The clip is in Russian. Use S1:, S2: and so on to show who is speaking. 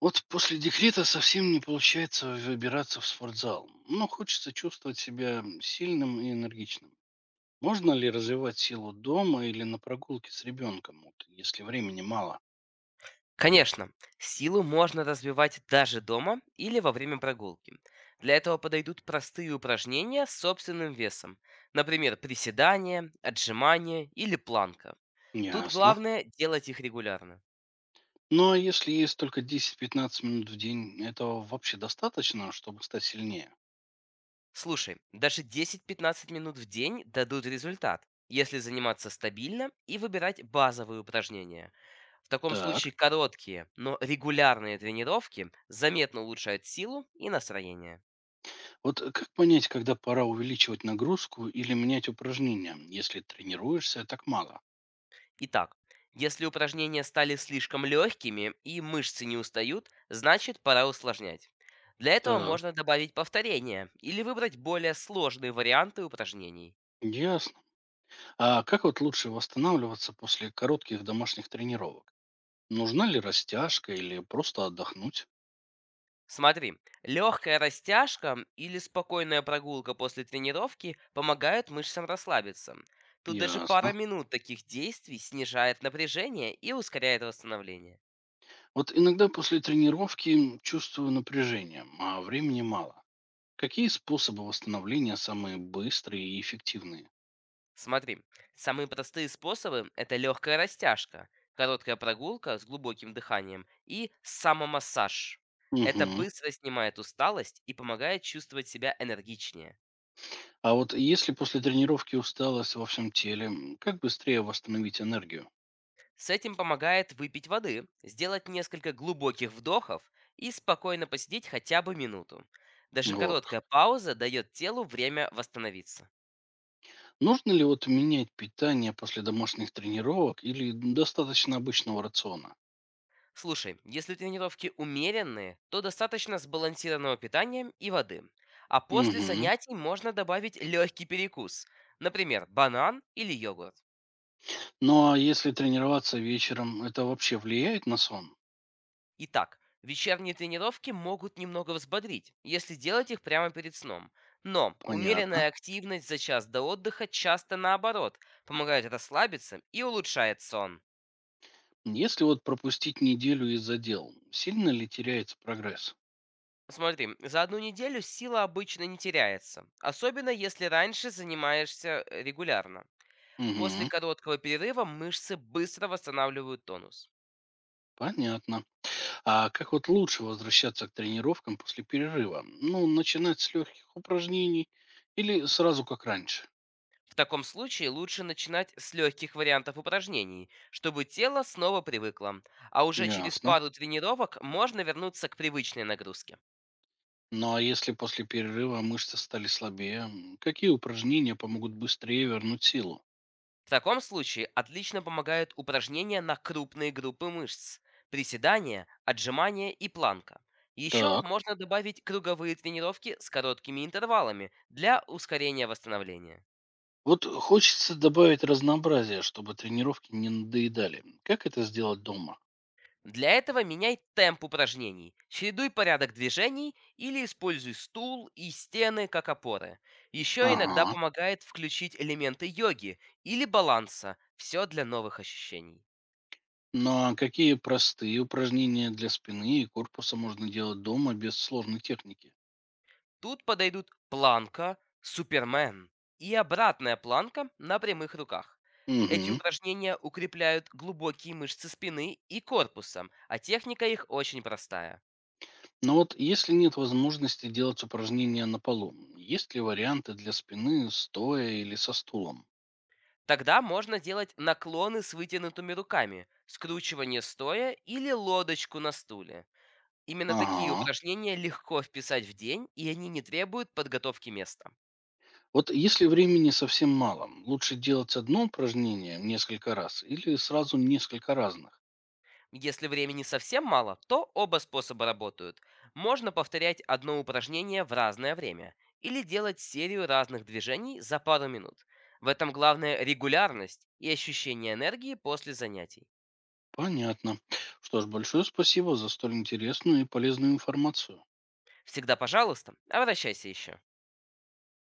S1: Вот после декрета совсем не получается выбираться в спортзал, но хочется чувствовать себя сильным и энергичным. Можно ли развивать силу дома или на прогулке с ребенком, вот, если времени мало?
S2: Конечно, силу можно развивать даже дома или во время прогулки. Для этого подойдут простые упражнения с собственным весом, например, приседания, отжимания или планка. Тут
S1: Ясно.
S2: главное делать их регулярно.
S1: Ну а если есть только 10-15 минут в день, этого вообще достаточно, чтобы стать сильнее?
S2: Слушай, даже 10-15 минут в день дадут результат, если заниматься стабильно и выбирать базовые упражнения. В таком
S1: Так,
S2: случае короткие, но регулярные тренировки заметно улучшают силу и настроение.
S1: как понять, когда пора увеличивать нагрузку или менять упражнения, если тренируешься так мало?
S2: Итак, если упражнения стали слишком легкими и мышцы не устают, значит пора усложнять. Для этого
S1: Так,
S2: можно добавить повторения или выбрать более сложные варианты упражнений.
S1: ясно. А как вот лучше восстанавливаться после коротких домашних тренировок? Нужна ли растяжка или просто отдохнуть?
S2: Смотри, легкая растяжка или спокойная прогулка после тренировки помогают мышцам расслабиться. Тут даже пара
S1: Ясно.
S2: минут таких действий снижает напряжение и ускоряет восстановление.
S1: Вот иногда после тренировки чувствую напряжение, а времени мало. Какие способы восстановления самые быстрые и эффективные?
S2: Смотри, самые простые способы — это легкая растяжка, короткая прогулка с глубоким дыханием и самомассаж. Это
S1: Мгм.
S2: быстро снимает усталость и помогает чувствовать себя энергичнее.
S1: А вот если после тренировки усталость во всем теле, как быстрее восстановить энергию?
S2: С этим помогает выпить воды, сделать несколько глубоких вдохов и спокойно посидеть хотя бы минуту. Даже
S1: Вот как.
S2: короткая пауза дает телу время восстановиться.
S1: Нужно ли вот менять питание после домашних тренировок или достаточно обычного рациона?
S2: Слушай, если тренировки умеренные, то достаточно сбалансированного питания и воды. А после
S1: Угу.
S2: занятий можно добавить легкий перекус, например, банан или йогурт.
S1: Ну, а если тренироваться вечером, это вообще влияет на сон?
S2: Итак, вечерние тренировки могут немного взбодрить, если делать их прямо перед сном. Но
S1: Понятно.
S2: умеренная активность за час до отдыха часто наоборот, помогает расслабиться и улучшает сон.
S1: Если вот пропустить неделю из-за дел, сильно ли теряется прогресс?
S2: Смотри, за одну неделю сила обычно не теряется, особенно если раньше занимаешься регулярно. После
S1: Угу,
S2: короткого перерыва мышцы быстро восстанавливают тонус.
S1: понятно. А как вот лучше возвращаться к тренировкам после перерыва? Ну, начинать с легких упражнений или сразу как раньше?
S2: В таком случае лучше начинать с легких вариантов упражнений, чтобы тело снова привыкло, а уже через
S1: Ясно.
S2: пару тренировок можно вернуться к привычной нагрузке.
S1: Ну а если после перерыва мышцы стали слабее, какие упражнения помогут быстрее вернуть силу?
S2: В таком случае отлично помогают упражнения на крупные группы мышц, приседания, отжимания и планка. Еще
S1: Так.
S2: можно добавить круговые тренировки с короткими интервалами для ускорения восстановления.
S1: Вот хочется добавить разнообразие, чтобы тренировки не надоедали. Как это сделать дома?
S2: Для этого меняй темп упражнений, чередуй порядок движений или используй стул и стены как опоры. Еще иногда
S1: Ага.
S2: помогает включить элементы йоги или баланса, все для новых ощущений.
S1: Ну а какие простые упражнения для спины и корпуса можно делать дома без сложной техники?
S2: Тут подойдут планка, супермен и обратная планка на прямых руках. Эти
S1: Угу.
S2: упражнения укрепляют глубокие мышцы спины и корпуса, а техника их очень простая.
S1: Но вот если нет возможности делать упражнения на полу, есть ли варианты для спины стоя или со стулом?
S2: Тогда можно делать наклоны с вытянутыми руками, скручивание стоя или лодочку на стуле. Именно такие
S1: Ага.
S2: упражнения легко вписать в день, и они не требуют подготовки места.
S1: Вот если времени совсем мало, лучше делать одно упражнение несколько раз или сразу несколько разных?
S2: Если времени совсем мало, то оба способа работают. Можно повторять одно упражнение в разное время или делать серию разных движений за пару минут. В этом главное регулярность и ощущение энергии после занятий.
S1: Понятно. Что ж, большое спасибо за столь интересную и полезную информацию.
S2: Всегда, пожалуйста, обращайся еще.